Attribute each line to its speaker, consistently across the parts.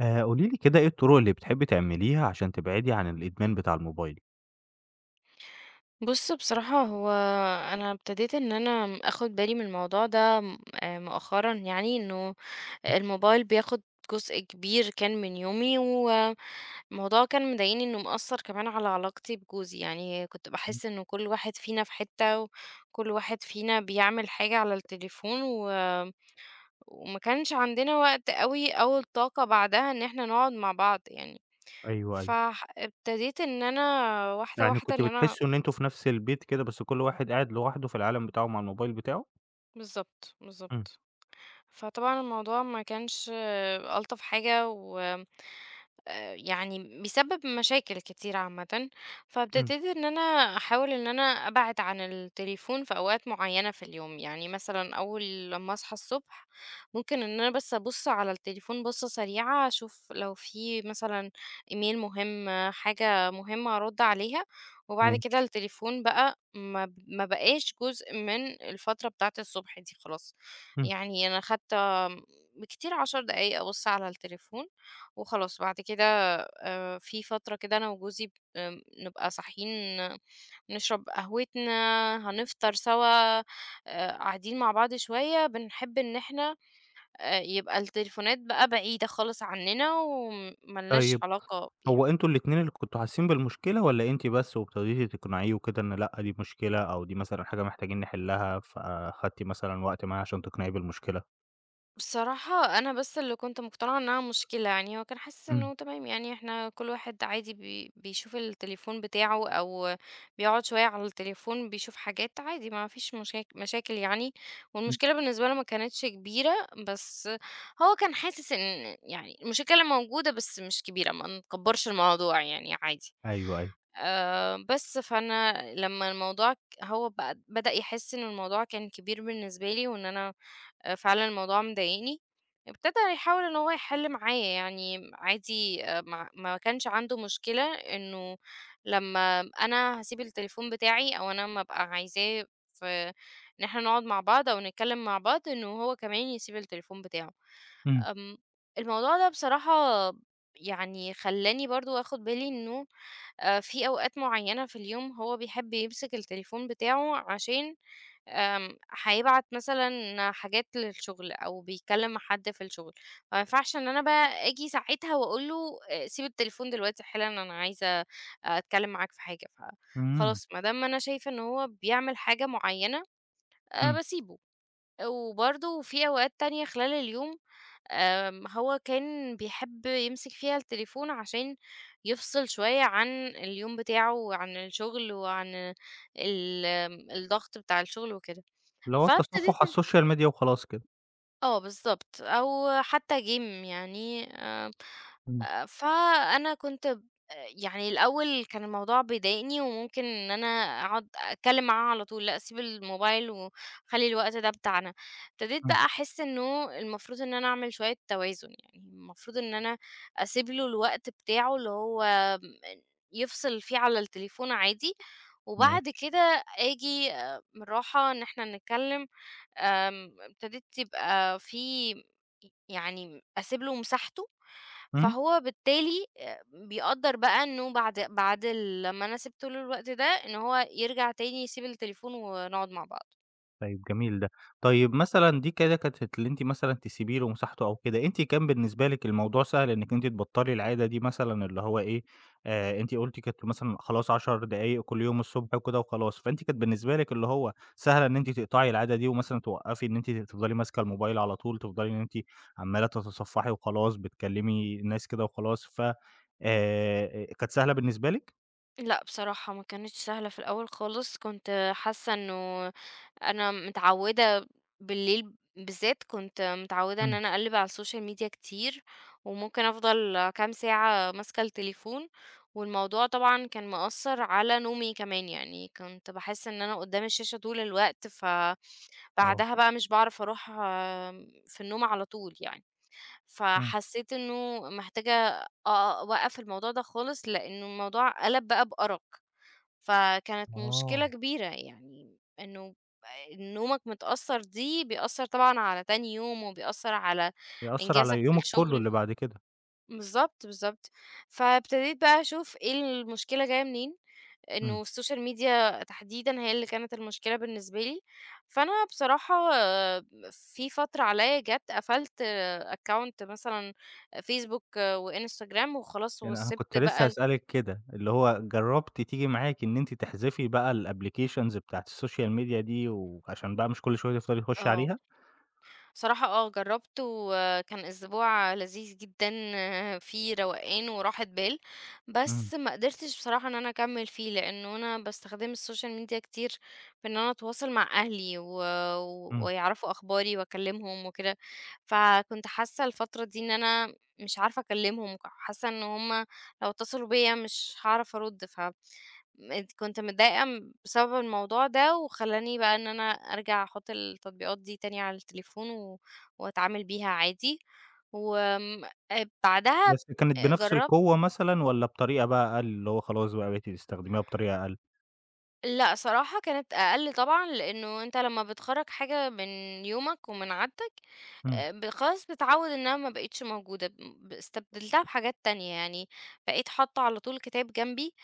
Speaker 1: قولي لي كده إيه الطرق اللي بتحبّي تعمليها عشان تبعدي عن الإدمان بتاع الموبايل؟
Speaker 2: بُص بصراحة هو أنا ابتديت إن أنا آخُد بالي من الموضوع ده م مؤخرًا يعني، إنه الموبايل بياخُد جزء كبير كان من يومي، والموضوع كان مضايقني إنه مأثّر كمان على علاقتي بجوزي، يعني كنت باحس إنه كل واحد فينا في حتّة، وكل واحد فينا بيعمل حاجة على التليفون، وما كانش عندنا وقت أوي أو الطاقة بعدها إن إحنا نقعد مع بعض يعني،
Speaker 1: أيوه، أيوه.
Speaker 2: ابتديت إن أنا واحدة،
Speaker 1: يعني
Speaker 2: واحدة
Speaker 1: كنتم
Speaker 2: إن أنا
Speaker 1: بتحسّوا إن أنتم في نفس البيت كده، بس كل واحد قاعد لوحده في العالم بتاعه مع الموبايل بتاعه؟
Speaker 2: بالضبط،
Speaker 1: إمم،
Speaker 2: بالضبط. فطبعًا الموضوع ما كانش ألطف حاجة و يعني بيسبب مشاكل كتير عامةً، فابتديت
Speaker 1: إمم،
Speaker 2: إن أنا أحاول إن أنا أبعد عن التليفون في أوقات معيّنة في اليوم، يعني مثلًا أول لمّا أصحى الصبح ممكن إن أنا بس أبُص على التليفون بُصّة سريعة أشوف لو في مثلًا إيميل مهم، حاجة مهمة أرُد عليها، وبعد كده
Speaker 1: ماشي،
Speaker 2: التليفون بقى ما بقاش جزء من الفترة بتاعة الصبح دي خلاص.
Speaker 1: إمم.
Speaker 2: يعني أنا خدت بالكتير 10 دقايق أبُص على التليفون وخلاص، بعد كده في فترة كده أنا وجوزي نبقى صاحيين نشرب قهوتنا، هنفطر سوا، قاعدين مع بعض شوية، بنحب إن إحنا يبقى التليفونات بقى بعيدة خالص عننا وما لناش
Speaker 1: طيب
Speaker 2: علاقة بيها.
Speaker 1: هو أنتم الاتنين اللي كنتم حاسّين بالمشكلة والّا أنتِ بس وابتديتِ تقنعيه وكده إن لأ، دي مشكلة أو دي مثلًا حاجة محتاجين نحلّها، فأخدتِ مثلًا وقت معاه عشان تقنعيه بالمشكلة؟
Speaker 2: بصراحة أنا بس اللي كنت مقتنعة إنها مشكلة يعني هو كان حاسس
Speaker 1: إمم،
Speaker 2: إنه تمام يعني احنا كل واحد عادي بيشوف التليفون بتاعه أو بيقعد شوية على التليفون بيشوف حاجات عادي ما فيش مشاكل يعني
Speaker 1: إمم.
Speaker 2: والمشكلة بالنسبة له ما كانتش كبيرة بس هو كان حاسس إن يعني المشكلة موجودة بس مش كبيرة ما نكبرش الموضوع يعني عادي
Speaker 1: أيوه، أيوه.
Speaker 2: أه بس فأنا لما الموضوع بدأ يحس إن الموضوع كان كبير بالنسبة لي وإن أنا فعلًا الموضوع مضايقني، ابتدى يحاول إن هو يحِل معايا يعني عادي ما كانش عنده مشكلة إنه لمّا أنا هاسيب التليفون بتاعي أو أنا أمّا أبقى عايزاه في إن إحنا نقعد مع بعض أو نتكلم مع بعض، إنه هو كمان يسيب التليفون بتاعه.
Speaker 1: إمم،
Speaker 2: آمم الموضوع ده بصراحة يعني خلّاني برضه آخُد بالي إنه في أوقات معيّنة في اليوم هو بيحب يمسك التليفون بتاعه عشان آمم، هيبعت مثلًا حاجات للشغل أو بيكلّم مع حد في الشغل، فما ينفعش إن أنا بقى آجي ساعتها وأقول له سيب التليفون دلوقتي حالًا أنا عايزة أتكلّم معاك في حاجة،
Speaker 1: إمم،
Speaker 2: فخلاص ما دام أنا شايفة إن هو بيعمل حاجة معيّنة
Speaker 1: إمم.
Speaker 2: باسيبه. وبرضه في أوقات تانية خلال اليوم هو كان بيحب يمسك فيها التليفون عشان يفصل شوية عن اليوم بتاعه وعن الشغل وعن ال الضغط بتاع الشغل وكده.
Speaker 1: اللي هو التصفُّح على
Speaker 2: فابتديت إن
Speaker 1: السوشيال ميديا وخلاص كده.
Speaker 2: آه بالضبط، أو حتى game يعني
Speaker 1: إمم،
Speaker 2: فأنا كنت يعني الأول كان الموضوع بيضايقني وممكن إن أنا أقعد أتكلم معاها على طول، لأ أسيب الموبايل وأخلّي الوقت ده بتاعنا. ابتديت
Speaker 1: إمم.
Speaker 2: بقى أحس إنه المفروض إن أنا أعمل شوية توازن، يعني المفروض إن أنا أسيب له الوقت بتاعه اللي هو م يفصل فيه على التليفون عادي، وبعد
Speaker 1: ماشي.
Speaker 2: كده آجي بالراحة إن إحنا نتكلم ابتديت يبقى في يعني أسيب له مساحته،
Speaker 1: إمم.
Speaker 2: فهو بالتالي بيقدّر بقى إنه بعد لمّا أنا سِبت له الوقت ده، إن هو يرجع تاني يسيب التليفون ونقعد مع بعض.
Speaker 1: طيب جميل ده. طيب مثلًا دي كده كانت اللي أنتِ مثلًا تسيبي له مساحته أو كده، أنتِ كان بالنسبة لِك الموضوع سهل إنِّك أنتِ تبطّلي العادة دي مثلًا اللي هو إيه، أنتِ قُلتِ كانت مثلًا خلاص 10 دقايق كل يوم الصبح وكده وخلاص، فأنتِ كانت بالنسبة لِك اللي هو سهلة إن أنتِ تقطعي العادة دي ومثلًا توقّفي إن أنتِ تفضلي ماسكة الموبايل على طول، تفضلي إن أنتِ عمّالة تتصفّحي وخلاص، بتكلّمي الناس كده وخلاص، ف كانت سهلة بالنسبة لِك؟
Speaker 2: لأ بصراحة ما كانتش سهلة في الأول خالص، كنت حاسة إنه أنا متعودة بالليل بالذات كنت متعودة إن
Speaker 1: إمم.
Speaker 2: أنا أقلِّب على الSocial Media كتير، وممكن أفضل كام ساعة ماسكة التليفون، والموضوع طبعًا كان مأثّر على نومي كمان، يعني كنت باحس إن أنا قدّام الشاشة طول الوقت، فبعدها
Speaker 1: آه،
Speaker 2: بقى مش باعرف أروح في النوم على طول يعني،
Speaker 1: إمم.
Speaker 2: فحسيت إنه محتاجة أ أوقّف الموضوع ده خالص، لإنه الموضوع قَلَب بقى بأرق. فكانت مشكلة
Speaker 1: آه.
Speaker 2: كبيرة يعني إنه نومك متأثّر دي بيأثّر طبعًا على تاني يوم، وبيأثّر على
Speaker 1: يأثّر على
Speaker 2: إنجازك في
Speaker 1: يومِك كُلّه
Speaker 2: الشغل
Speaker 1: اللي بعد كده.
Speaker 2: بالضبط، بالضبط. فابتديت بقى أشوف إيه المشكلة جاية منين،
Speaker 1: إمم.
Speaker 2: إنه السوشيال ميديا تحديدًا هي اللي كانت المشكلة بالنسبة لي، فأنا بصراحة في فترة عليّا جات قفلت account مثلًا فيسبوك وإنستجرام وخلاص
Speaker 1: يعني أنا كنت
Speaker 2: وسِبت
Speaker 1: لسه
Speaker 2: بقى ال
Speaker 1: هاسألِك كده، اللي هو جرّبتِ تيجي معاكِ إن أنتِ تحذفي بقى الapplications بتاعة السوشيال ميديا دي، وعشان بقى مش كل شوية تفضلي تخشي
Speaker 2: آه.
Speaker 1: عليها؟
Speaker 2: صراحة جرّبت وكان أسبوع لذيذ جدًا فيه روقان وراحة بال،
Speaker 1: إمم،
Speaker 2: بس ما قدرتش بصراحة إن أنا أكمّل فيه، لإنه أنا باستخدم السوشيال ميديا كتير في إن أنا أتواصل مع أهلي
Speaker 1: إمم،
Speaker 2: ويعرفوا أخباري وأكلّمهم وكده، فكنت حاسة الفترة دي إن أنا مش عارفة أكلّمهم، حاسة إن هُم لو اتصلوا بيّا مش هاعرف أرُد، ف كنت متضايقة بسبب الموضوع ده، وخلّاني بقى إن أنا أرجع أحُط التطبيقات دي تاني على التليفون وأتعامل بيها عادي، وآمم بعدها
Speaker 1: بس كانت بنفس
Speaker 2: جرّبت
Speaker 1: القوة مثلًا والّا بطريقة بقى أقل، اللي هو خلاص بقى بقيتِ تستخدميها بطريقة أقل؟
Speaker 2: لأ صراحة كانت أقل طبعًا، لإنه أنت لمّا بتخرّج حاجة من يومك ومن عادتك
Speaker 1: إمم،
Speaker 2: ب خلاص بتعوّد إنها ما بقِتش موجودة، استبدلتها بحاجات تانية، يعني بقيت حاطّة على طول كتاب جنبي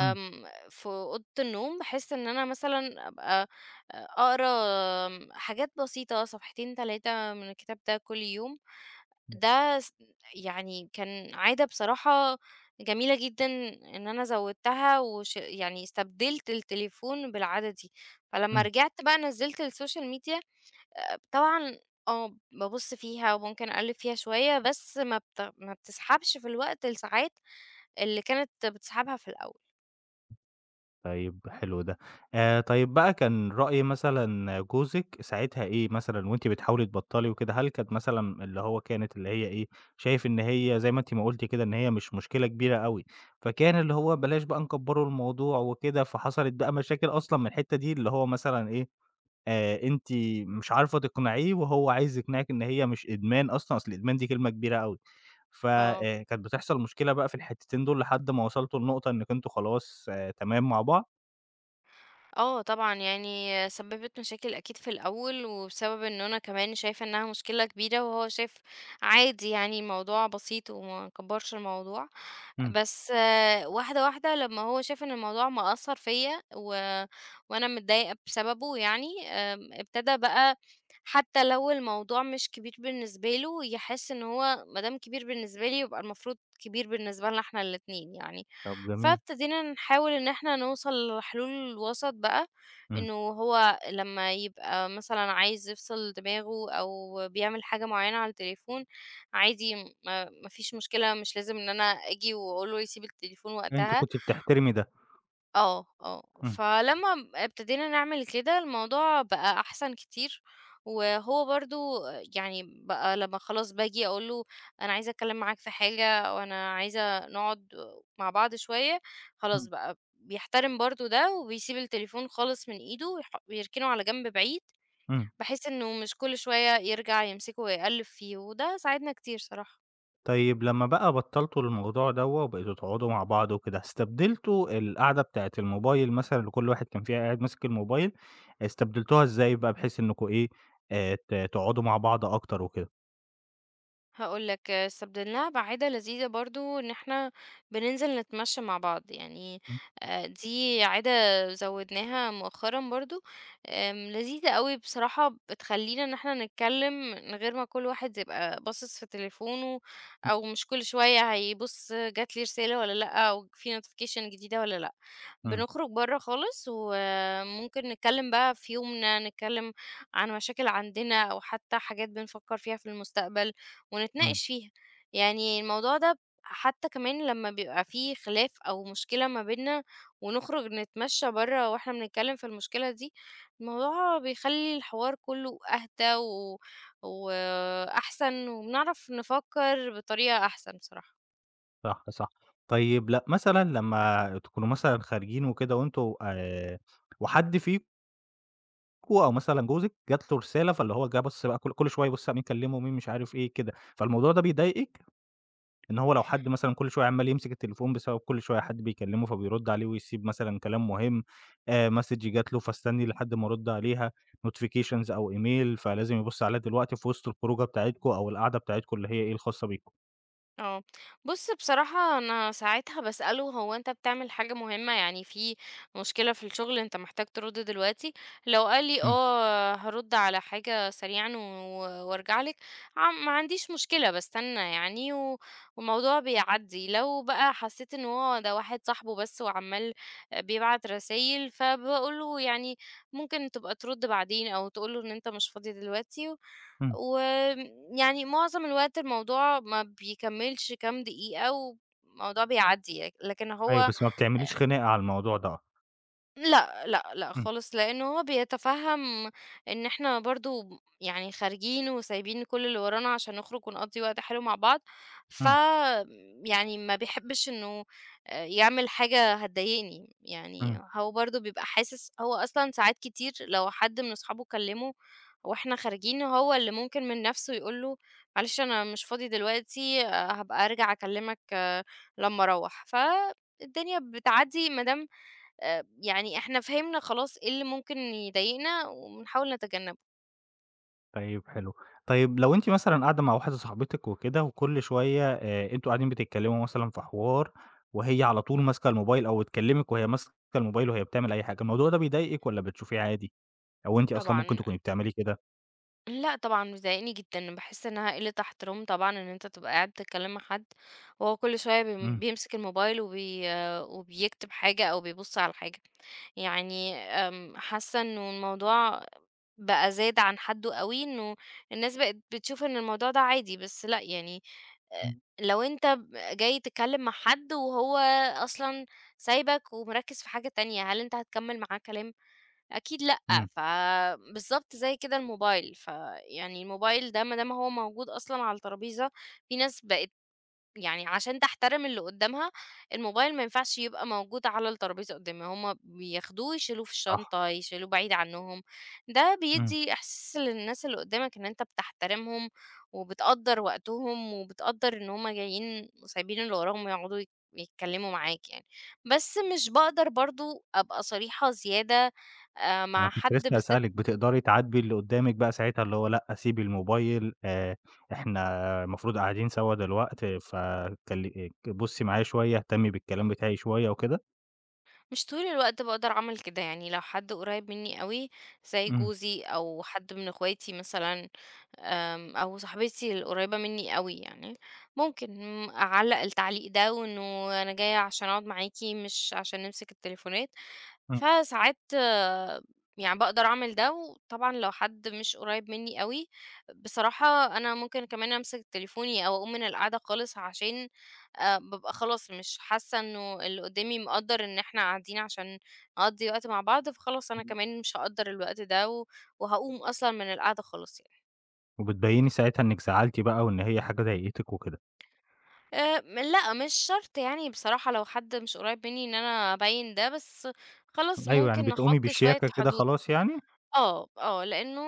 Speaker 1: إمم،
Speaker 2: في أوضة النوم بحيث إن أنا مثلًا أبقى أقرا حاجات بسيطة صفحتين 3 من الكتاب ده كل يوم،
Speaker 1: إمم،
Speaker 2: ده يعني كان عادة بصراحة جميلة جدًا إن أنا زوّدتها يعني استبدلت التليفون بالعادة دي، فلمّا
Speaker 1: إمم.
Speaker 2: رجعت بقى نزّلت السوشيال ميديا طبعًا بابُص فيها وممكن أقلِّب فيها شوية، بس ما بتسحبش في الوقت الساعات اللي كانت بتسحبها في الأول،
Speaker 1: طيب حلو ده. طيب بقى كان رأي مثلًا جوزِك ساعتها إيه مثلًا وأنتِ بتحاولي تبطّلي وكده، هل كانت مثلًا اللي هو كانت اللي هي إيه، شايف إن هي زي ما أنتِ ما قُلتِ كده إن هي مش مشكلة كبيرة أوي، فكان اللي هو بلاش بقى نكبّروا الموضوع وكده، فحصلت بقى مشاكل أصلًا من الحتّة دي اللي هو مثلًا إيه، أنتِ مش عارفة تقنعيه وهو عايز يقنعِك إن هي مش إدمان أصلًا، أصل الإدمان دي كلمة كبيرة أوي، ف
Speaker 2: آه.
Speaker 1: كانت بتحصل مشكلة بقى في الحتّتين دول لحد ما وصلتوا لنقطة إنّك أنتم خلاص آه تمام مع بعض؟
Speaker 2: آه طبعًا، يعني سبّبت مشاكل أكيد في الأول، وبسبب إنه أنا كمان شايفة إنها مشكلة كبيرة، وهو شايف عادي يعني الموضوع بسيط وما كبّرش الموضوع،
Speaker 1: إمم.
Speaker 2: بس واحدة، واحدة لمّا هو شاف إن الموضوع مأثّر فيّا وأنا متضايقة بسببه يعني، ابتدى بقى حتى لو الموضوع مش كبير بالنسبة له، يحس إن هو ما دام كبير بالنسبة لي يبقى المفروض كبير بالنسبة لنا إحنا الاتنين يعني.
Speaker 1: طب جميل،
Speaker 2: فابتدينا نحاول إن إحنا نوصل لحلول وسط بقى،
Speaker 1: إمم،
Speaker 2: إنه هو لمّا يبقى مثلًا عايز يفصل دماغه أو بيعمل حاجة معينة على التليفون، عادي ما فيش مشكلة، مش لازم إن أنا آجي وأقول له يسيب التليفون
Speaker 1: أنتِ
Speaker 2: وقتها،
Speaker 1: كنتِ بتحترمي ده،
Speaker 2: آه، آه.
Speaker 1: إمم،
Speaker 2: فلمّا ابتدينا نعمل كده، الموضوع بقى أحسن كتير، وهو برضه يعني بقى لمّا خلاص باجي أقول له أنا عايزة أتكلّم معاك في حاجة أو أنا عايزة نقعد مع بعض شوية، خلاص
Speaker 1: إمم،
Speaker 2: بقى بيحترم برضه ده وبيسيب التليفون خالص من إيده ويركنه على جنب بعيد،
Speaker 1: إمم،
Speaker 2: بحيث إنه مش كل شوية يرجع يمسكه ويقلِّب فيه، وده ساعدنا كتير صراحة.
Speaker 1: طيب لمّا بقى بطّلتوا الموضوع دوّة وبقيتوا تقعدوا مع بعض وكده، استبدلتوا القعدة بتاعة الموبايل مثلًا اللي كل واحد كان فيها قاعد ماسك الموبايل، استبدلتوها إزاي بقى بحيث إنكم إيه، ت تقعدوا مع بعض أكتر وكده؟
Speaker 2: هاقول لك آه، استبدلناها بعادة لذيذة برضه، إن إحنا بننزل نتمشى مع بعض، يعني
Speaker 1: إمم،
Speaker 2: دي عادة زوّدناها مؤخرًا برضه، لذيذة أوي بصراحة، بتخلّينا إن إحنا نتكلم من غير ما كل واحد يبقى باصص في تليفونه، أو مش كل شوية هيبُص جات لي رسالة والّا لأ، أو في notification جديدة والّا لأ.
Speaker 1: إمم،
Speaker 2: بنخرج برّه خالص، وممكن نتكلم بقى في يومنا، نتكلم عن مشاكل عندنا، أو حتى حاجات بنفكّر فيها في المستقبل.
Speaker 1: إمم،
Speaker 2: ونتناقش فيها. يعني الموضوع ده حتى كمان لمّا بيبقى في خلاف أو مشكلة ما بيننا ونخرج نتمشى برّه وإحنا بنتكلم في المشكلة دي، الموضوع بيخلّي الحوار كُلّه أهدى وأحسن وبنعرف نفكّر بطريقة أحسن بصراحة.
Speaker 1: صح، صح، طيب لأ مثلًا لمّا تكونوا مثلًا خارجين وكده وأنتم وحد فيكم أخوه أو مثلًا جوزِك جات له رسالة، فاللي هو جه بَص بقى كل شوية يبُص مين كلمه ومين مش عارف إيه كده، فالموضوع ده بيضايقِك؟ إن هو لو حد مثلًا كل شوية عمّال يمسك التليفون بسبب كل شوية حد بيكلمه فبيرُد عليه ويسيب مثلًا كلام مهم، message جات له فاستني لحد ما أرُد عليها، notifications أو إيميل فلازم يبُص عليها دلوقتي في وسط الخروجة بتاعتكم أو القعدة بتاعتكم اللي هي إيه الخاصة بيكم.
Speaker 2: آه. بُص بصراحة أنا ساعتها باسأله هو أنت بتعمل حاجة مهمة، يعني في مشكلة في الشغل أنت محتاج ترُد دلوقتي؟ لو قال لي
Speaker 1: إمم،
Speaker 2: آه هارُد على حاجة سريعًا وأرجع لِك، ما عنديش مشكلة باستنى يعني و والموضوع بيعدّي، لو بقى حسيت إن هو ده واحد صاحبه بس وعمّال بيبعت رسايل، فباقول له يعني ممكن تبقى ترُد بعدين أو تقول له إن أنت مش فاضي دلوقتي
Speaker 1: إمم،
Speaker 2: ويعني معظم الوقت الموضوع ما بيكمّلش كام دقيقة والموضوع بيعدّي، لكن
Speaker 1: أيوه
Speaker 2: هو
Speaker 1: بس ما بتعمليش خناقة على الموضوع ده.
Speaker 2: لأ، لأ، لأ
Speaker 1: إمم،
Speaker 2: خالص، لإنه هو بيتفهم إن إحنا برضه يعني خارجين وسايبين كل اللي ورانا عشان نخرج ونقضّي وقت حلو مع بعض، ف
Speaker 1: إمم،
Speaker 2: يعني ما بيحبش إنه يعمل حاجة هتضايقني، يعني
Speaker 1: إمم.
Speaker 2: هو برضه بيبقى حاسس هو أصلًا ساعات كتير لو حد من أصحابه كلّمه وإحنا خارجين، هو اللي ممكن من نَفْسه يقول له معلش أنا مش فاضي دلوقتي، هابقى أرجع أكلّمك آه، لمّا أروّح، فالدنيا بتعدّي ما دام يعني إحنا فهمنا خلاص إيه اللي ممكن يضايقنا وبنحاول نتجنّبه.
Speaker 1: طيب حلو. طيب لو أنتِ مثلًا قاعدة مع واحدة صاحبتِك وكده وكل شوية أنتم قاعدين بتتكلموا مثلًا في حوار وهي على طول ماسكة الموبايل أو تكلمِك وهي ماسكة الموبايل وهي بتعمل أي حاجة، الموضوع ده بيضايقِك والّا بتشوفيه عادي؟ أو أنتِ أصلًا ممكن
Speaker 2: طبعًا
Speaker 1: تكوني بتعملي كده؟
Speaker 2: لأ طبعًا بيضايقني جدًا، باحس إنها قِلّة احترام طبعًا إن أنت تبقى قاعد بتتكلّم مع حد وهو كل شوية
Speaker 1: إمم.
Speaker 2: بيمسك الموبايل وبيكتب حاجة أو بيبُص على حاجة. يعني حاسّة إنه الموضوع بقى زاد عن حدّه أوي، إنه الناس بقت بتشوف إن الموضوع ده عادي، بس لأ يعني آآ
Speaker 1: إمم.
Speaker 2: لو أنت جاي تتكلّم مع حد وهو أصلًا سايبك ومركّز في حاجة تانية، هل أنت هتكمّل معاه كلام؟ أكيد لأ،
Speaker 1: إمم.
Speaker 2: فبالضبط زي كده الموبايل، فيعني الموبايل ده ما دام هو موجود أصلًا على الترابيزة، في ناس بقت يعني عشان تحترم اللي قدّامها، الموبايل ما ينفعش يبقى موجود على الترابيزة قدّامي، هُم بياخدوه يشيلوه في
Speaker 1: صح.
Speaker 2: الشنطة، يشيلوه بعيد عنّهم، ده
Speaker 1: إمم.
Speaker 2: بيدّي إحساس للناس اللي قدّامك إن أنت بتحترمهم، وبتقدّر وقتهم، وبتقدّر إن هُم جايين سايبين اللي وراهم يقعدوا يتكلّموا معاك يعني، بس مش باقدر برضه أبقى صريحة زيادة
Speaker 1: أنا
Speaker 2: مع
Speaker 1: كنت
Speaker 2: حد
Speaker 1: لسه
Speaker 2: بالذات
Speaker 1: هاسألِك بتقدري تعاتبي اللي قدامِك بقى ساعتها اللي هو لأ سيبي الموبايل إحنا المفروض قاعدين سوا دلوقت فكل بُصّي معايا شوية، اهتمي بالكلام بتاعي شوية وكده؟
Speaker 2: مش طول الوقت باقدر أعمل كده، يعني لو حد قريب منّي أوي زي
Speaker 1: إمم.
Speaker 2: جوزي أو حد من اخواتي مثلًا أو صاحبتي القريبة منّي أوي يعني، ممكن أعلّق التعليق ده وإنه أنا جاية عشان أقعد معاكِ مش عشان نمسك التليفونات.
Speaker 1: إمم.
Speaker 2: فساعات يعني باقدر أعمل ده، وطبعًا لو حد مش قريب منّي أوي، بصراحة أنا ممكن كمان أمسك تليفوني أو أقوم من القعدة خالص عشان بابقى خلاص مش حاسة إنه اللي قدّامي مقدّر إن إحنا قاعدين عشان نقضّي وقت مع بعض، فخلاص أنا كمان مش هاقدّر الوقت ده وهاقوم أصلًا من القعدة خالص يعني.
Speaker 1: وبتبيّني ساعتها إنِّك زعلتِ بقى وإن هي حاجة ضايقتِك وكده.
Speaker 2: م لأ، مش شرط يعني بصراحة لو حد مش قريب منّي إن أنا أبيّن ده، بس خلاص
Speaker 1: أيوه، يعني
Speaker 2: ممكن
Speaker 1: بتقومي
Speaker 2: أحُط شوية
Speaker 1: بشياكة كده
Speaker 2: حدود.
Speaker 1: خلاص يعني؟
Speaker 2: آه، آه، لإنه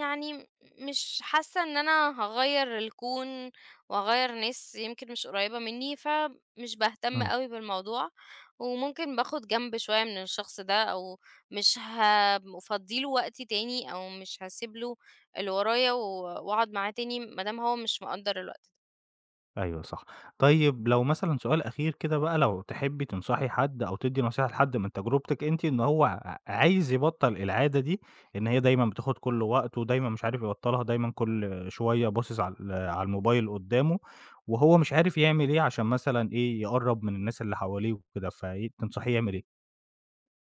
Speaker 2: يعني مش حاسة إن أنا هاغيّر الكون وهاغيّر ناس يمكن مش قريّبة منّي، فمش باهتم
Speaker 1: إمم،
Speaker 2: أوي بالموضوع، وممكن باخُد جنب شوية من الشخص ده أو مش أفضّي له وقتي تاني أو مش هاسيب له اللي ورايا وأقعد معاه تاني ما دام هو مش مقدّر الوقت.
Speaker 1: أيوه صح. طيب لو مثلًا سؤال أخير كده بقى لو تحبّي تنصحي حد أو تدّي نصيحة لحد من تجربتِك أنتِ إن هو عايز يبطّل العادة دي، إن هي دايمًا بتاخُد كل وقته ودايمًا مش عارف يبطّلها، دايمًا كل شوية باصص على الموبايل قُدّامه وهو مش عارف يعمل إيه عشان مثلًا إيه، يقرّب من الناس اللي حواليه وكده، فإيه تنصحيه يعمل إيه؟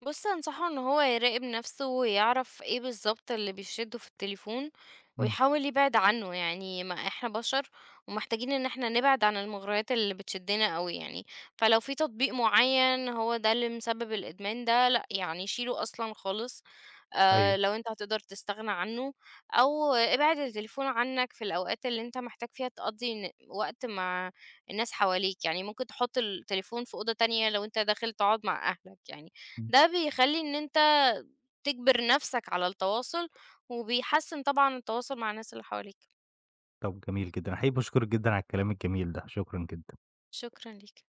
Speaker 2: بُص، أنصحه إن هو يراقب نفسه ويعرف إيه بالضبط اللي بيشدّه في التليفون،
Speaker 1: إمم،
Speaker 2: ويحاول يبعد عنه، يعني ما إحنا بشر ومحتاجين إن إحنا نبعد عن المغريات اللي بتشدّنا أوي يعني، فلو في تطبيق معيّن هو ده اللي مسبب الإدمان ده، لأ، يعني شيله أصلًا خالص،
Speaker 1: أيوه.
Speaker 2: لو أنت هتقدر تستغنى عنه، أو ابعد التليفون عنك في الأوقات اللي أنت محتاج فيها تقضّي وقت مع الناس حواليك، يعني ممكن تحط التليفون في أوضة تانية لو أنت داخل تقعد مع أهلك يعني. ده بيخلّي إن أنت تجبر نَفْسك على التواصل، وبيحسّن طبعًا التواصل مع الناس اللي حواليك.
Speaker 1: طب جميل جدًا، أنا حقيقي باشكرِك جدًا على الكلام الجميل ده، شكرًا جدًا.
Speaker 2: شكرًا ليك.